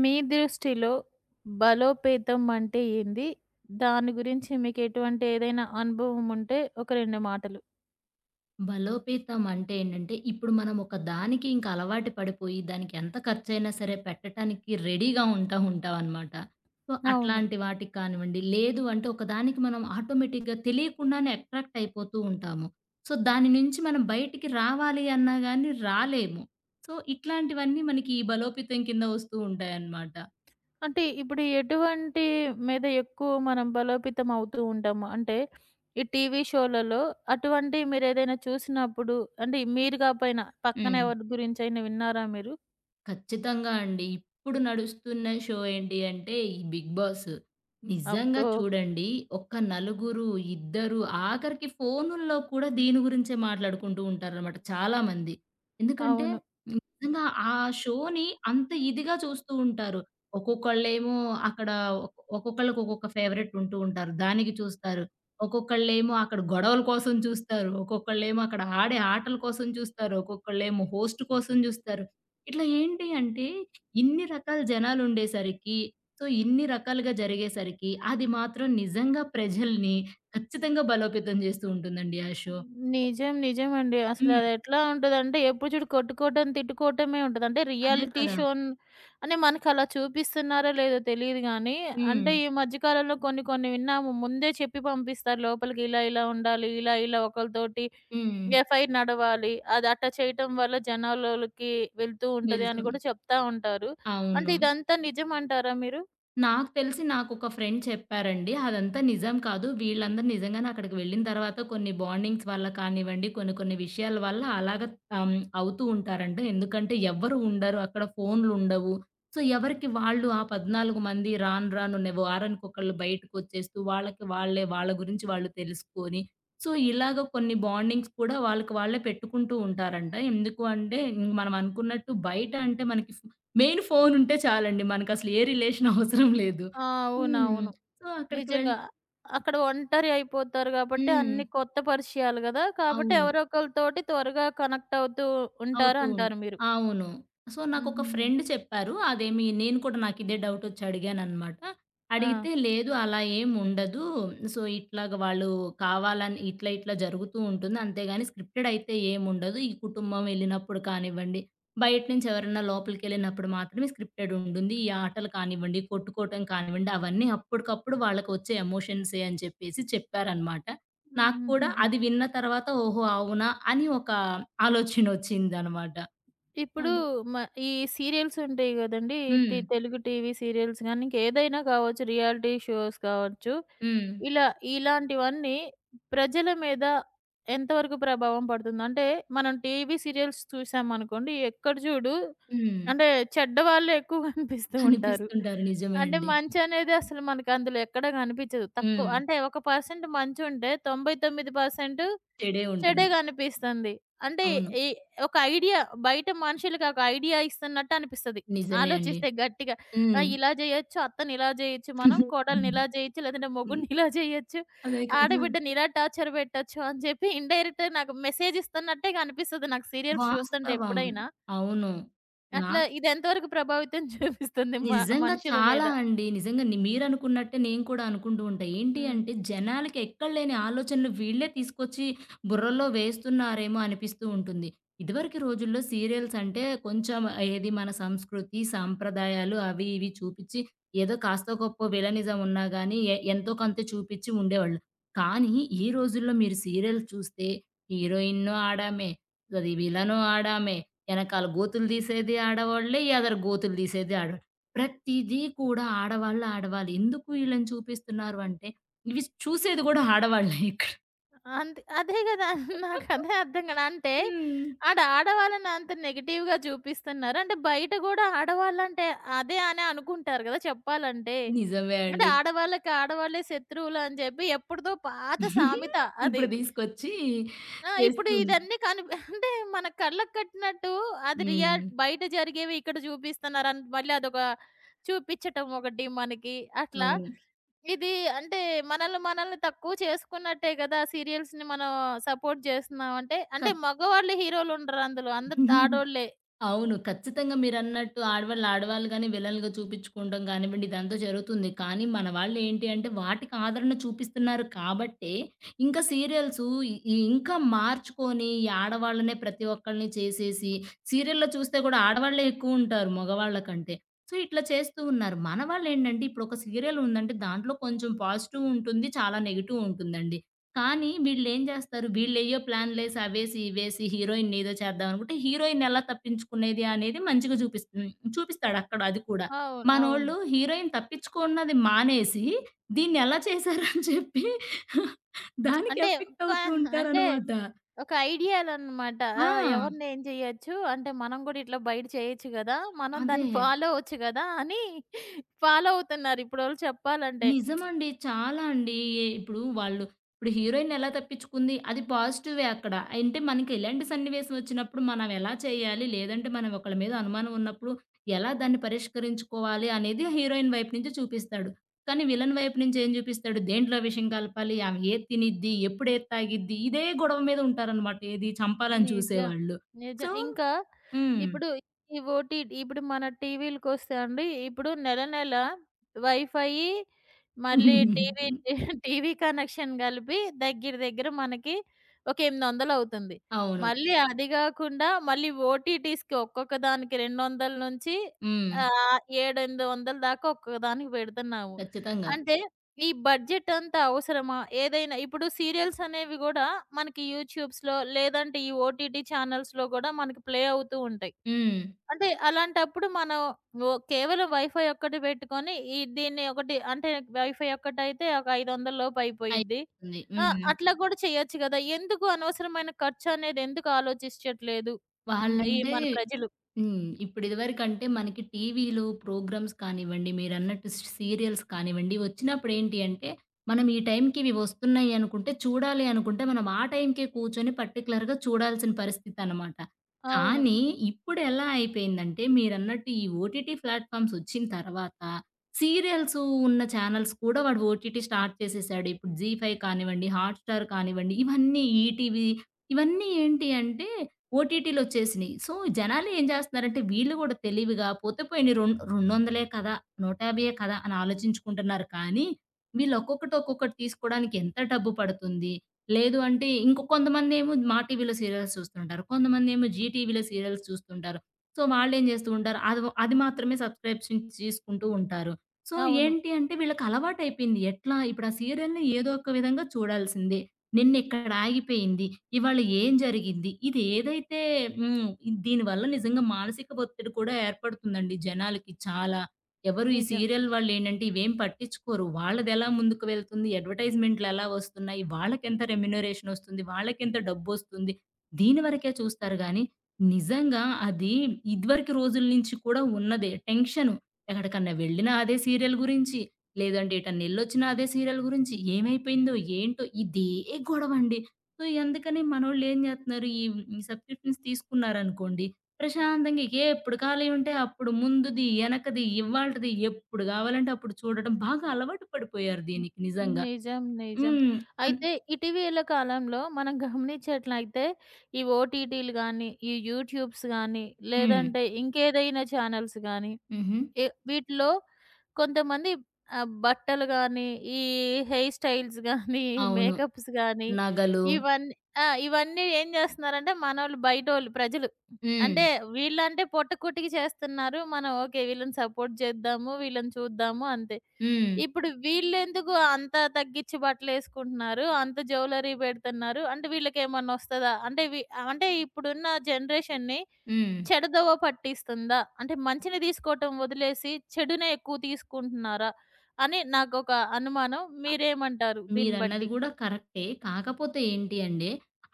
మీ దృష్టిలో బలోపేతం అంటే ఏంది? దాని గురించి మీకెటువంటి ఏదైనా అనుభవం ఉంటే ఒక 2 మాటలు. బలోపేతం అంటే ఏంటంటే, ఇప్పుడు మనం ఒక దానికి ఇంక అలవాటు పడిపోయి, దానికి ఎంత ఖర్చయినా సరే పెట్టటానికి రెడీగా ఉంటామనమాట. సో, అవును. అట్లాంటి వాటికి కానివ్వండి, లేదు అంటే ఒకదానికి మనం ఆటోమేటిక్‌గా తెలియకుండానే అట్రాక్ట్ అయిపోతూ ఉంటాము. సో, దాని నుంచి మనం బయటికి రావాలి అన్నా గాని రాలేము. సో, ఇట్లాంటివన్నీ మనకి ఈ బలోపేతం కింద వస్తూ ఉంటాయనమాట. అంటే ఇప్పుడు ఎటువంటి మీద ఎక్కువ మనం బలోపేతం అవుతూ ఉంటాము? అంటే ఈ టీవీ షోలలో అటువంటివి మీరేదైనా చూసినప్పుడు అంటే మీరు కాపోయినా పక్కన హ్మ్. ఎవరి గురించైనా విన్నారా మీరు? ఖచ్చితంగా అండి. ఇప్పుడు నడుస్తున్న షో ఏంటి అంటే ఈ 'బిగ్ బాస్.' నిజంగా అబ్బో! చూడండి, ఒక్క నలుగురు, ఇద్దరు, ఆఖరికి ఫోనుల్లో కూడా దీని గురించే మాట్లాడుకుంటూ ఉంటారనమాట చాలామంది. ఎందుకంటే అవును. నిజంగా ఆ షోని అంత ఇదిగా చూస్తూ ఉంటారు. ఒక్కొక్కళ్ళేమో అక్కడ ఒక్కొక్కళ్ళకి ఒక్కొక్క ఫేవరెట్ ఉంటూ ఉంటారు. దానికి చూస్తారు. ఒక్కొక్కళ్ళేమో అక్కడ గొడవల కోసం చూస్తారు. ఒక్కొక్కళ్ళేమో అక్కడ ఆడే ఆటల కోసం చూస్తారు. ఒక్కొక్కళ్ళేమో హోస్ట్ కోసం చూస్తారు. ఇట్లా ఏంటి అంటే, ఇన్ని రకాల జనాలుండేసరికి, సో, ఇన్ని రకాలుగా జరిగేసరికి అది మాత్రం నిజంగా ప్రజల్ని ఖచ్చితంగా బలోపేతం జేస్తూ ఉంటుందండి ఆ షో. నిజం. నిజమండి. అసలు హ్మ్. అదెట్లా ఉంటదంటే ఎప్పుడు చూడు కొట్టుకోవటం, తిట్టుకోవటమే ఉంటది. అంటే అదే రియాలిటీ కదా! షోన్ అని మనకలా చూపిస్తున్నారో లేదో తెలీదు గానీ, హ్మ్. అంటే ఈ మధ్య కాలంలో కొన్ని కొన్ని విన్నాము. ముందే చెప్పి పంపిస్తారు లోపలికి ఇలా ఇలా ఉండాలి. ఇలా ఇలా ఒకళ్ళతోటి హ్మ్. ఎఫ్ఐఆర్ నడవాలి. అది అట్టా చేయటం వల్ల జనాల్లోలకి వెళ్తూ ఉంటది అని వెళ్తున్ గూడా చెప్తా ఉంటారు. అంటే అవును. ఇదంతా నిజమంటారా మీరు? నాకు తెలిసి నాకొక ఫ్రెండ్ చెప్పారండి. అదంతా నిజం కాదు. వీళ్ళందరూ నిజంగానే అక్కడికి వెళ్ళిన తర్వాత కొన్ని బాండింగ్స్ వల్ల కానివ్వండి, కొన్ని కొన్ని విషయాల వల్ల అలాగ అవుతూ ఉంటారంట. ఎందుకంటే ఎవ్వరు ఉండరు. అక్కడ ఫోన్‌లుండవు. సో, ఎవరికి వాళ్ళు ఆ 14 మంది రాను రాను నే వారానికొకళ్ళు బయటకొచ్చేస్తూ వాళ్ళకి వాళ్ళే వాళ్ళ గురించి వాళ్ళు తెలుసుకొని, సో, ఇలాగ కొన్ని బాండింగ్స్ కూడా వాళ్ళకి వాళ్ళే పెట్టుకుంటూ ఉంటారంట. ఎందుకు అంటే, ఇంక మనం అనుకున్నట్టు బయట అంటే మనకి మెయిన్ ఫోనుంటే చాలండి. మనకసలు ఏ రిలేషన్ అవసరం లేదు. ఆ! హ్మ్. అవునవును. సో, అక్కడికి వెళ్. నిజంగా. అక్కడ ఒంటరి అయిపోతారు గాబట్టి, హ్మ్. అన్ని కొత్త పరిచయాలు గదా! కాబట్టి అవును. ఎవరో ఒకళ్ళతోటి త్వరగా కనెక్ట్ అవుతూ ఉంటారు అవుతూ ఉం అంటారు మీరు. అవును. సో, నాకొక హుహుహు. ఫ్రెండ్ చెప్పారు. అదేమి నేను కూడా నాకిదే డౌటొచ్చి అడిగాననమాట. ఆ! అడిగితే, లేదు అలా ఏముండదు. సో, ఇట్లాగ వాళ్ళు కావాలని ఇట్లా, ఇట్లా జరుగుతూ ఉంటుంది. అంతేగాని స్క్రిప్టెడ్ అయితే ఏముండదు. ఈ కుటుంబం వెళ్ళినప్పుడు కానివ్వండి, బయట నుంచి ఎవరైనా లోపలికెళ్ళినప్పుడు మాత్రమే స్క్రిప్టెడ్ ఉంటుంది. ఈ ఆటలు కానివ్వండి, కొట్టుకోవటం కానివ్వండి, అవన్నీ అప్పటికప్పుడు వాళ్ళకొచ్చే ఎమోషన్సే అని చెప్పేసి చెప్పారనమాట. నాకు కూడా హుహుహుహు. అది విన్న తర్వాత ఓహో! అవునా! అని ఒక ఆలోచనొచ్చిందనమాట. ఇప్పుడు అది. మ ఈ సీరియల్స్ ఉంటాయి గదండీ! హ్మ్. టి తెలుగు టీవీ సీరియల్స్ గానీ, ఇంకేదైనా కావచ్చు, రియాలిటీ షోస్ కావచ్చు. హ్మ్. ఇలా ఇలాంటివన్నీ ప్రజల మీద ఎంతవరకు ప్రభావం పడుతుంది? అంటే మనం టీవీ సీరియల్స్ చూసామనుకోండి, ఎక్కడ చూడు హ్మ్. అంటే చెడ్డవాళ్ళే ఎక్కువ కనిపిస్తూ ఉంటారు. కనిపిస్తుంటారు. నిజమే అంటే అండి. మంచనేది అసలు మనకు అందులో ఎక్కడ కనిపించదు. తక్కువ హ్మ్. అంటే ఒక పర్సెంట్ మంచుంటే 99% చెడే ఉంటుంది. చెడుగా అనిపిస్తుంది. అంటే అవును. ఈ ఒక ఐడియా బయట మనుషులకి ఒక ఐడియా ఇస్తున్నట్టు అనిపిస్తది. నిజమే అండి. ఆలోచిస్తే గట్టిగా ఆ! హ్మ్. ఇలా జేయొచ్చు, అత్తని ఇలా జేయొచ్చు మనం, కోడల్ని ఇలా జేయొచ్చు, లేదంటే హ్మ్. మొగుడిని ఇలా జేయొచ్చు, అదే కదా! ఆడబిడ్డని ఇలా టార్చర్ పెట్టొచ్చు అని చెప్పి ఇండైరెక్ట్‌గా నాకు మెసేజ్ ఇస్తున్నట్టేగా అనిపిస్తది నాకు సీరియల్స్ చూస్తుంటే వాస్తవం. ఎప్పుడైనా. అవును. నా అట్లా ఇది ఎంతవరకు ప్రభావితం చూపిస్తుంది నిజంగా మనుషుల చాలా మీద? అండి. నిజంగా ని మీరనుకున్నట్టే నేను కూడా అనుకుంటూ ఉంటా. ఏంటి హ్మ్. అంటే జనాలకి ఎక్కడలేని ఆలోచనలు వీళ్ళే తీసుకొచ్చి బుర్రలో వేస్తున్నారేమో అనిపిస్తూ ఉంటుంది. ఇదివరకి రోజుల్లో సీరియల్స్ అంటే కొంచెం ఏది మన సంస్కృతి, సాంప్రదాయాలు అవి ఇవి చూపిచ్చి ఏదో కాస్తో గొప్పో విలనిజం ఉన్నా గానీ ఎంతో కొంత చూపిచ్చి ఉండేవాళ్ళు. కానీ ఈ రోజుల్లో మీరు సీరియల్ చూస్తే హీరోయిన్ను ఆడామే, అది విలను ఆడామే, ఎనకాల గోతులు తీసేది ఆడవాళ్ళే, ఎదర గోతులు తీసేది ప్రతీదీ కూడా ఆడవాళ్ళు ఆడవాళ్ళు. ఎందుకు వీళ్ళని చూపిస్తున్నారు అంటే, ఇవి చూసేది గూడా ఆడవాళ్ళే ఇక్కడ. అంత్ అదే గదా! నాకదే అర్థం కాలే. అంటే హ్మ్. ఆడవాళ్ళని అంత నెగెటివ్‌గా చూపిస్తున్నారు. అంటే బయట గూడా ఆడవాళ్ళంటే అదే అని అనుకుంటారు గదా! చెప్పాలంటే. నిజమే అంటే అండి. ఆడవాళ్ళకి ఆడవాళ్ళే శత్రువులు అని జెప్పి ఎప్పుడుదో పాత సామెత అది. ఇప్పుడు తీసుకొచ్చి ఆ! చేస్తూ ఇప్పుడు ఉన్. ఇదన్నీ కనిపి అంటే మన కళ్ళకి కట్టినట్టు అది రియా హ్మ్. బయట జరిగేవి ఇక్కడ చూపిస్తున్నారని మళ్ళీ అదొక చూపిచ్చటం ఒకటి మనకి అట్లా. అవును. ఇది అంటే మనల్ని మనల్ని తక్కువ చేసుకున్నట్టే కదా! సీరియల్స్‌ని మనం సపోర్ట్ చేస్తున్నామంటే. అంటే కత్ మగవాళ్ళు హీరోలుండరు అందులో. అందరూ ఆడోళ్ళే. అవును. ఖచ్చితంగా మీరన్నట్టు ఆడవాళ్ళు ఆడవాళ్ళుగానే విలన్లుగా చూపించుకోవడం గానివ్వండి, ఇదంతా జరుగుతుంది. కానీ మన వాళ్ళేంటి అంటే వాటికి ఆదరణ చూపిస్తున్నారు కాబట్టే, ఇంకా సీరియల్సు ఇ ఇ ఇంకా మార్చుకొని ఈ ఆడవాళ్ళనే ప్రతి ఒక్కళ్ళని చేసేసి, సీరియల్‌లో చూస్తే గూడా ఆడవాళ్ళే ఎక్కువుంటారు మగవాళ్ళ కంటే. సో, ఇట్లా చేస్తూ ఉన్నారు. మనవాళ్ళేంటంటే ఇప్పుడొక సీరియల్ ఉందంటే దాంట్లో కొంచెం పాజిటివ్ ఉంటుంది. చాలా నెగెటివ్ ఉంటుందండి. కానీ వీళ్ళేం జేస్తారు, వీళ్ళేయ్యో ప్లాన్‌లేసి అవేసి, ఇవేసి హీరోయిన్‌ని ఏదో చేద్దాం అనుకుంటే, హీరోయిన్ ఎలా తప్పించుకునేది అనేది మంచిగా చూపిస్. హ్మ్. చూపిస్తాడక్కడ అది కూడా. అవును. అవును. మనోళ్ళు హీరోయిన్ తప్పించుకున్నది మానేసి, దీన్నెలా చేశారని చెప్పి దానికి అంటే ఎఫెక్ట్ ఒక అవుతూ అంటే ఉంటారనమాట. ఒక ఐడియాలనమాట. ఆ! ఆ! ఎవరిని ఏం చేయొచ్చు? అంటే మనం గూడా ఇట్లా బయట చేయొచ్చు గదా! మనం అదే. దాన్ని ఫాలో అవ్వచ్చు గదా! అని ఫాలో అవుతున్నారు ఇప్పుడోళ్ళు చెప్పాలంటే. నిజమండి. చాలా అండి. ఎ ఇప్పుడు వాళ్ళు ఇప్పుడు హీరోయిన్ ఎలా తప్పించుకుంది? అది పాజిటివే అక్కడ. అంటే మనకి ఎలాంటి సన్నివేశం వచ్చినప్పుడు మనం ఎలా చేయాలి? లేదంటే మనం ఒకళ్ళ మీద అనుమానం ఉన్నప్పుడు ఎలా దాన్ని పరిష్కరించుకోవాలి? అనేది హీరోయిన్ వైపు నుంచి చూపిస్తాడు. కానీ విలన్ వైపు నుంచి ఏం చూపిస్తాడు? దేంట్లో విషం కలపాలి? ఆమె ఏది తినిద్ది? ఎప్పుడు ఏది తాగిద్ది? ఇదే గొడవ మీద ఉంటారనమాట. ఏది చంపాలని నిజం. చూసేవాళ్ళు. సో. నిజం. ఇంకా హ్మ్. ఇప్పుడు ఈ ఓటీటీ ఇప్పుడు మన టీవీలకొస్తే అండి, ఇప్పుడు నెల నెల వైఫయి మళ్ళీ టీవీ టీవీ కనెక్షన్ కలిపి దగ్గర దగ్గర మనకి ఒక 800 అవుతుంది. అవును. మళ్ళీ అది గాకుండా మళ్ళీ ఓటీటీస్‌కి ఒక్కొక్క దానికి 200 నుంచి హ్మ్. 7, 800 దాకా ఒక్కొక్క దానికి పెడుతున్నాము. ఖచ్చితంగా. అంటే ఈ బడ్జెట్ అంత అవసరమా? ఏదైనా ఇప్పుడు సీరియల్స్ అనేవి గూడా మనకి యూట్యూబ్స్‌లో లేదంటే ఈ ఓటీటీ ఛానల్స్‌లో గూడా మనకి ప్లే అవుతూ ఉంటాయి. హ్మ్. అంటే అలాంటప్పుడు మనం ఓ కేవలం వైఫై ఒక్కటి పెట్టుకొని ఈ దీన్ని ఒకటి అంటే వైఫై ఒక్కటైతే ఒక 500 లోపు అయిపోయిద్ది. అయిపోతుంది. ఆ! హ్మ్. అట్లా గూడా చేయొచ్చు గదా! ఎందుకు అనవసరమైన ఖర్చు అనేది ఎందుకు ఆలోచించట్లేదు? హ్మ్. ఈ వాళ్ళంటే. మన ప్రజలు. హ్మ్. ఇప్పుడు ఇదివరకంటే మనకి టీవీలో ప్రోగ్రామ్స్ కానివ్వండి, మీరన్నట్టు సీరియల్స్ కానివ్వండి, వచ్చినప్పుడు ఏంటి అంటే, మనం ఈ టైంకి ఇవి వస్తున్నాయి అనుకుంటే, చూడాలి అనుకుంటే, మనం ఆ టైంకే కూర్చొని పర్టిక్యులర్‌గా చూడాల్సిన పరిస్థితనమాట. అవును. కానీ ఇప్పుడెలా అయిపోయిందంటే, మీరన్నట్టు ఈ ఓటీటీ ప్లాట్‌ఫామ్స్ వచ్చిన తర్వాత, సీరియల్స్ ఉన్న ఛానల్స్ కూడా వాడు ఓటీటీ స్టార్ట్ చేసేసాడు. ఇప్పుడు జీ ఫైవ్ కానివ్వండి, హాట్‌స్టార్ కానివ్వండి, ఇవన్నీ ఈటీవీ ఇవన్నీ ఏంటి అంటే ఓటీటీలొచ్చేసినియి. సో, జనాలు ఏం జేస్తన్నారంటే వీళ్ళు గూడా తెలివిగా పోతే పోయినయి రొం 200 కదా! 150 కదా! అని ఆలోచించుకుంటున్నారు కానీ, వీళ్ళు ఒక్కొక్కటి, ఒక్కొక్కటి తీసుకోడానికి ఎంత డబ్బు పడుతుంది? లేదు అంటే ఇంక కొంతమందేమో మా టీవీలో సీరియల్స్ చూస్తుంటారు. కొంతమందేమో జీ టీవీలో సీరియల్స్ చూస్తుంటారు. సో, వాళ్ళేం జేస్తూ ఉంటారు అది వ అది మాత్రమే సబ్స్క్రిప్షన్ తీసుకుంటూ ఉంటారు. సో, అవును. ఏంటి అంటే వీళ్ళకి అలవాటయిపోయింది. ఎట్లా ఇప్పుడు ఆ సీరియల్‌ని ఏదో ఒక విధంగా చూడాల్సిందే. నిన్నిక్కడ ఆగిపోయింది. ఇవాళ ఏం జరిగింది? ఇది ఏదైతే. హ్మ్. దీనివల్ల నిజంగా మానసిక ఒత్తిడి కూడా ఏర్పడుతుందండి జనాలకి చాలా. ఎవరు ఈ నిజం. సీరియల్ వాళ్ళేంటంటే ఇవేం పట్టించుకోరు. వాళ్ళదెలా ముందుకు వెళ్తుంది, అడ్వర్‌టైజ్‌మెంట్‌లెలా వస్తున్నాయి, వాళ్ళకెంత రెమ్యునరేషనొస్తుంది, వాళ్ళకెంత డబ్బొస్తుంది, దీని వరకే చూస్తారు గానీ, నిజంగా అది ఇదివరకు రోజుల నుంచి కూడా ఉన్నదే. టెన్షను ఎక్కడికన్నా వెళ్ళినా అదే సీరియల్ గురించి. లేదంటే ఎటన్నెళ్ళొచ్చినా అదే సీరియల్ గురించి. ఏమైపోయిందో? ఏంటో? ఇదే గొడవండి. సో, అందుకని మనోళ్ళేం జేత్తన్నారు, ఈ ఈ సబ్‌స్క్రిప్షన్స్ తీసుకున్నారనుకోండి, ప్రశాంతంగా ఇక ఎప్పుడు ఖాళీ ఉంటే అప్పుడు ముందుది, యెనకది, ఇవ్వాల్టిది ఎప్పుడు గావాలంటే అప్పుడు చూడటం బాగా అలవాటు పడిపోయారు దీనికి నిజంగా. నిజం. నిజం. హ్మ్. అన్. అయితే ఇటీవల కాలంలో మనం గమనించేట్లయితే ఈ ఓటీటీలు గానీ, ఈ యూట్యూబ్స్ గానీ, హ్మ్. లేదంటే ఇంకేదైనా ఛానల్స్ గానీ, హుహు. ఎ వీటిలో కొంతమంది ఆహ్, బట్టలు గానీ, ఈ హెయిర్ స్టైల్స్ గానీ, అవును. మేకప్స్ గానీ, నగలు. ఇవన్నీ ఆ! ఇవన్నీ ఏం జేస్తున్నారంటే మనోళ్ళు బయటోళ్ళు ప్రజలు. హ్మ్. అంటే వీళ్ళంటే పొట్టకూటికి చేస్తున్నారు. మనం ఓకే. వీళ్ళని సపోర్ట్ చేద్దాము, వీళ్ళని చూద్దాము అంతే. హ్మ్. ఇప్పుడు వీళ్ళెందుకు అంత తగ్గించి బట్టలేసుకుంటున్నారు? అంత జ్యువెల్లరీ పెడుతున్నారు. అంటే వీళ్ళకేమన్నా వస్తదా? అంటే వి అంటే ఇప్పుడున్న జనరేషన్‌ని హ్మ్. చెడుదోవ పట్టిస్తుందా? అంటే మంచిని తీసుకోవటం వదిలేసి చెడునే ఎక్కువ తీసుకుంటున్నారా? అని నాకొక అనుమానం. మీరేమంటారు దీన్ని మీరన్నది బట్టి? గూడా కరెక్టే. కాకపోతే ఏంటి అంటే,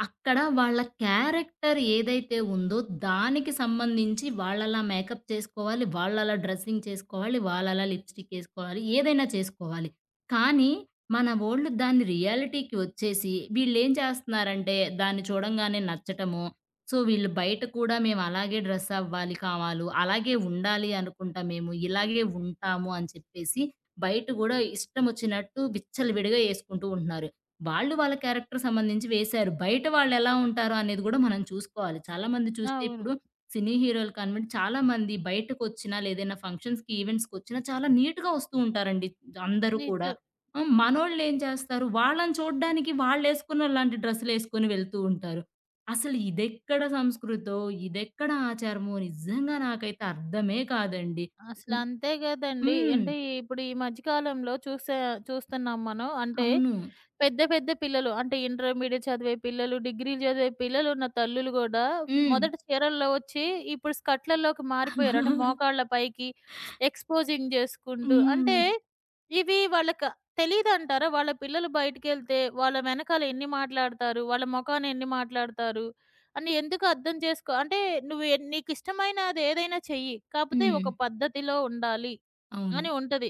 అక్కడ వాళ్ళ క్యారెక్టర్ ఏదైతే ఉందో, దానికి సంబంధించి వాళ్ళలా మేకప్ చేసుకోవాలి, వాళ్ళలా డ్రెస్సింగ్ చేసుకోవాలి, వాళ్ళలా లిప్‌స్టిక్ ఏసుకోవాలి, ఏదైనా చేసుకోవాలి. కానీ, మన వోళ్ళు దాన్ని రియాలిటీకి వచ్చేసి, వీళ్ళేం చేస్తన్నారంటే, దాన్ని చూడంగానే నచ్చటము, సో, వీళ్ళు బయట కూడా మేమలాగే డ్రెస్ అవ్వాలి కావాలు, అలాగే ఉండాలి అనుకుంటా మేము, ఇలాగే ఉంటాము అని చెప్పేసి బయట గూడా ఇష్టమొచ్చినట్టు విచ్చలవిడిగా యేసుకుంటూ ఉంటున్నారు. వాళ్ళు వాళ్ళ క్యారెక్టర్ సంబంధించి వేశారు. బయట వాళ్ళెలా ఉంటారో అనేది గూడా మనం చూసుకోవాలి. చాలా మంది చూస్తే అవును. ఇప్పుడు సినీ హీరోలు కానివ్వండి, చాలా మంది బయటకొచ్చినా లేదైనా ఫంక్షన్స్‌కి, ఈవెంట్స్‌కొచ్చినా చాలా నీట్‌గా వస్తూ ఉంటారండి అందరూ కూడా. నిజం. హ్మ్. మనోళ్ళేం చేస్తారు, వాళ్ళని చూడ్డానికి వాళ్ళేసుకున్నలాంటి డ్రెస్సులేసుకొని వెళ్తూ ఉంటారు. అసలు ఇదెక్కడ సంస్కృతో, ఇదెక్కడ ఆచారమో నిజంగా నాకైతే అర్థమే కాదండి. హ్మ్. అసలంతే గదండీ! హ్మ్. అంటే ఇప్పుడు ఈ మధ్య కాలంలో చూస్తున్నాం మనం. అంటే అవును. పెద్ద పెద్ద పిల్లలు అంటే ఇంటర్మీడియేట్ చదివే పిల్లలు, డిగ్రీలు చదివే పిల్లలు ఉన్న తల్లులు గూడా హ్మ్. మొదట చీరల్లో వచ్చి ఇప్పుడు స్కర్ట్‌లలోకి మారిపోయారు. అంటే మోకాళ్ళ పైకి ఎక్స్‌పోజింగ్ జేసుకుంటూ హ్మ్. అంటే ఇవి వాళ్ళకి తెలీదంటారా? వాళ్ళ పిల్లలు బయటికెళ్తే వాళ్ళ వెనకాల ఎన్ని మాట్లాడతారు? వాళ్ళ మొఖాన ఎన్ని మాట్లాడతారు? అని ఎందుకు అర్థం చేసుకో అంటే నువ్వు నీకిష్టమైనది ఏదైనా చెయ్యి. కాపోతే హ్మ్. ఒక పద్ధతిలో ఉండాలి అవును. అని ఉంటది.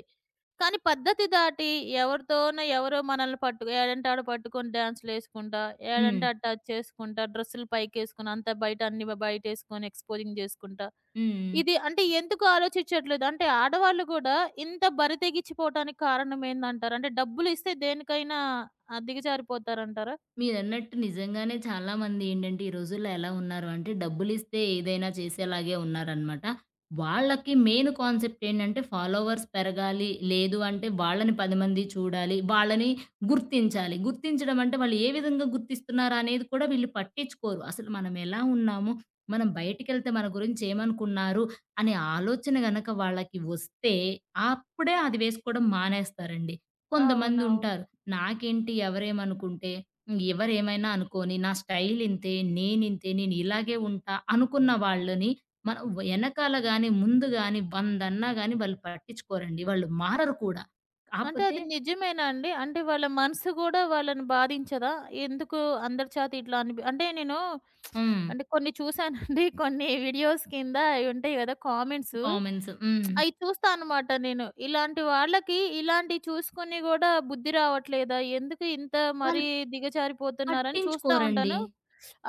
కానీ పద్ధతి దాటి ఎవరితోనో ఎవరో మనల్ని పట్టు ఏడంటే ఆడ పట్టుకొని డాన్స్‌లేసుకుంటా, హ్మ్. ఏడంటే అటు టచ్ చేసుకుంటా, డ్రెస్సులు పైకేసుకొని అంతా బయట అన్ని బయటేసుకొని ఎక్స్‌పోజింగ్ జేసుకుంటా. హ్మ్. ఇది అంటే ఎందుకు ఆలోచించట్లేదు? అంటే ఆడవాళ్ళు గూడా ఇంత బరి తెగించిపోవటానికి కారణం ఏందంటారు? అంటే డబ్బులు ఇస్తే దేనికైనా దిగజారిపోతారంటారా? మీరన్నట్టు నిజంగానే చాలామంది ఏంటంటే, ఈ రోజుల్లో ఎలా ఉన్నారు అంటే, డబ్బులిస్తే ఏదైనా చేసేలాగే ఉన్నారనమాట. వాళ్ళకి మెయిన్ కాన్సెప్ట్ ఏంటంటే, ఫాలోవర్స్ పెరగాలి. లేదు అంటే, వాళ్ళని 10 మంది చూడాలి. వాళ్ళని గుర్తించాలి. గుర్తించడం అంటే, వాళ్ళు ఏ విధంగా గుర్తిస్తున్నారు అనేది కూడా వీళ్ళు పట్టించుకోరు. అసలు మనం ఎలా ఉన్నాము, మనం బయటికెళ్తే మన గురించి ఏమనుకున్నారు, అనే ఆలోచన గనక వాళ్ళకి వస్తే, అప్పుడే అది వేసుకోవడం మానేస్తారండి. అవునవును. కొంతమందుంటారు, నాకేంటి ఎవరేమనుకుంటే ఎవరేమైనా అనుకోని, నా స్టైల్ ఇంతే, నేనింతే, నేనిలాగే ఉంటా అనుకున్న వాళ్ళని మనం వెనకాల గాని, ముందు గాని, వందన్నా గాని వాళ్ళు పట్టించుకోరండి. వాళ్ళు మారరు కూడా. అంటే కాపోతే. అది నిజమేనా అండి? అంటే వాళ్ళ మనసు గూడా వాళ్ళని బాధించదా? ఎందుకు అందరి చేత ఇట్లా అనిపి అంటే నేను హ్మ్. అంటే కొన్ని చూసానండి. కొన్ని వీడియోస్ కింద అయి ఉంటాయి గదా! కామెంట్సు. కామెంట్స్. హ్మ్. అయి చూస్తా అనమాట నేను. ఇలాంటి వాళ్ళకి ఇలాంటియి చూసుకొని గూడా బుద్ధి రావట్లేదా? ఎందుకు ఇంత వాళ్ళు మరీ దిగజారిపోతున్నారని చూస్తా పట్టించుకోరండి. ఉంటాను.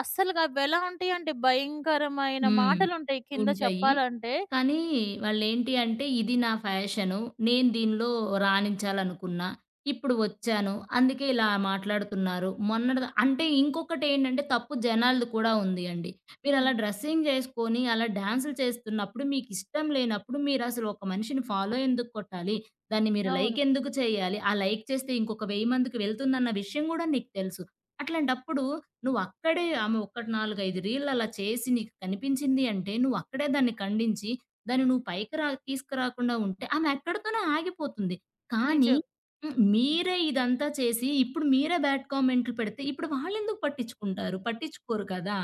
అస్సలుగా అవెలా ఉంటాయంటే భయంకరమైన హ్మ్. మాటలుంటాయి కింద ఉంటాయి. చెప్పాలంటే. కానీ వాళ్ళేంటి అంటే, ఇది నా ఫ్యాషను. నేను దీనిలో రాణించాలనుకున్నా. ఇప్పుడు వచ్చాను. అందుకే ఇలా మాట్లాడుతున్నారు. మొన్నటిదా అంటే ఇంకొకటేంటంటే తప్పు జనాలది కూడా ఉంది అండి. హ్మ్. మీరలా డ్రెస్సింగ్ జేసుకొని, అలా డాన్సులు చేస్తున్నప్పుడు, మీకిష్టం లేనప్పుడు మీరసలు ఒక మనిషిని ఫాలో ఎందుకు కొట్టాలి? దాన్ని మీరు అవును. లైక్ ఎందుకు చేయాలి? ఆ లైక్ చేస్తే ఇంకొక 1000 మందికి వెళ్తుందన్న విషయం గూడా నీకు తెలుసు. అట్లాంటప్పుడు నువ్వక్కడే ఆమె ఒక 4, 5 రీల్లు అలా చేసి నీకు కనిపించింది అంటే, నువ్వక్కడే దాన్ని ఖండించి దాన్ని నువ్వు పైకి తీసుకురాకుండా ఉంటే ఆమె అక్కడితోనే ఆగిపోతుంది. కానీ. నిజం. హ్మ్. మీరే ఇదంతా చేసి ఇప్పుడు మీరే బ్యాడ్ కామెంట్లు పెడితే ఇప్పుడు వాళ్ళెందుకు పట్టించుకుంటారు? పట్టించుకోరు కదా!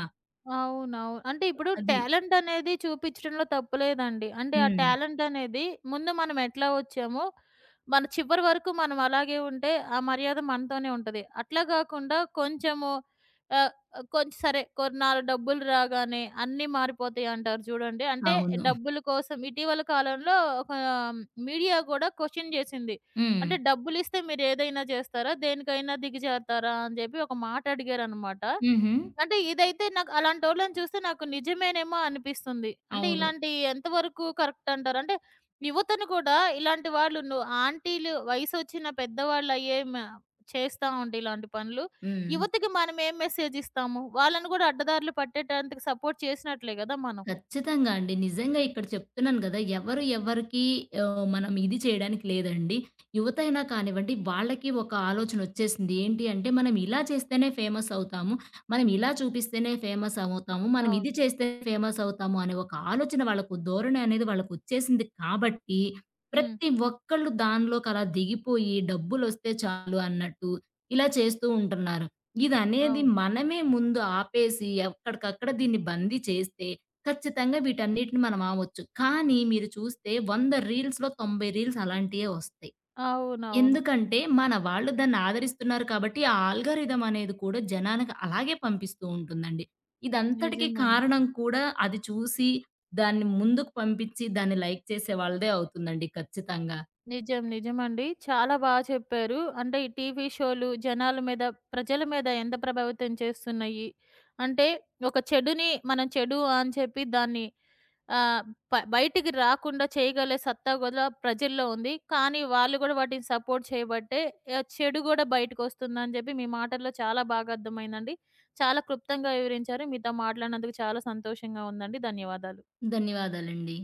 అవునవును. అంటే ఇప్పుడు అది. టాలెంట్ అనేది చూపిచ్చడంలో తప్పు లేదండి. అంటే ఆ హ్మ్. టాలెంట్ అనేది ముందు మనం ఎట్లా వచ్చామో, మన చివరి వరకు మనం అలాగే ఉంటే ఆ మర్యాద మనతోనే ఉంటది. అట్లా గాకుండా ఆహ్, కొంచెం సరే కొన్నాళ్ళు డబ్బులు రాగానే అన్నీ మారిపోతాయి అంటారు చూడండి. అంటే అవును. డబ్బుల కోసం ఇటీవల కాలంలో ఒక మీడియా గూడా క్వెషన్ జేసింది. హ్మ్. అంటే డబ్బులిస్తే మీరేదైనా జేస్తారా? దేనికైనా దిగజారుతారా? అని జెప్పి ఒక మాట అడిగారనమాట. హుహు. అంటే ఇదైతే నాకు అలాంటోళ్ళని చూస్తే నాకు నిజమేనేమో అనిపిస్తుంది. అంటే అవును. ఇలాంటి ఎంతవరకు కరెక్ట్ అంటారు? అంటే యువతను కూడా ఇలాంటి వాళ్ళు ను ఆంటీలు వయసొచ్చిన పెద్దవాళ్ళయ్యే చేస్తా ఉంటే ఇలాంటి పనులు. హ్మ్. యువతకి మనం ఏం మెసేజ్ ఇస్తాము? వాళ్ళని కూడా అడ్డదారులు పట్టేటందుకు సపోర్ట్ చేసినట్లే గదా మనం. ఖచ్చితంగా అండి. నిజంగా హ్మ్. ఇక్కడ చెప్తున్నాను గదా! ఎవరు ఎవరికీ ఆహ్, మనం ఇది చేయడానికి లేదండి. యువతైనా కానివ్వండి, వాళ్ళకి ఒక ఆలోచనొచ్చేసింది. ఏంటి అంటే, మనం ఇలా చేస్తేనే ఫేమస్ అవుతాము. మనం ఇలా చూపిస్తేనే ఫేమస్ అవుతాము. మనం అవును. ఇది చేస్తే ఫేమస్ అవుతాము అనే ఒక ఆలోచన వాళ్ళకు ధోరణి అనేది వాళ్ళకొచ్చేసింది కాబట్టి, హ్మ్. ప్రతి ఒక్కళ్ళు దానిలోకలా దిగిపోయి డబ్బులొస్తే చాలు అన్నట్టు ఇలా చేస్తూ ఉంటున్నారు. ఇదనేది అవును. మనమే ముందు ఆపేసి ఎక్కడికక్కడ దీన్ని బందీ చేస్తే ఖచ్చితంగా వీటన్నిటిని మనం ఆమొచ్చు. కానీ మీరు చూస్తే 100 రీల్స్‌లో 90 రీల్స్ అలాంటియే వస్తాయి. అవునవును. ఎందుకంటే మన వాళ్ళు దాన్ని ఆదరిస్తున్నారు కాబట్టి ఆ ఆల్గారిథం అనేది కూడా జనానికి అలాగే పంపిస్తూ ఉంటుందండి. ఇదంతటికి నిజమండి. కారణం కూడా అది చూసి దాన్ని ముందుకు పంపించి దాన్ని లైక్ చేసే వాళ్ళదే అవుతుందండి ఖచ్చితంగా. నిజం. నిజమండి. చాలా బాగా చెప్పారు. అంటే ఈ టీవీ షోలు జనాల మీద, ప్రజల మీద ఎంత ప్రభావితం చేస్తున్నాయి. అంటే ఒక చెడుని మనం చెడు అని చెప్పి దాన్ని ఆహ్, బయటికి రాకుండా చేయగలే సత్తా కూడా ప్రజల్లో ఉంది. కానీ వాళ్ళు కూడా వాటిని సపోర్ట్ చేయబట్టే ఆహ్, చెడు కూడా బయటకొస్తుందని చెప్పి మీ మాటల్లో చాలా బాగా అర్థమైందండి. చాలా క్లుప్తంగా వివరించారు. మీతో మాట్లాడినందుకు చాలా సంతోషంగా ఉందండి. ధన్యవాదాలు. ధన్యవాదాలండి.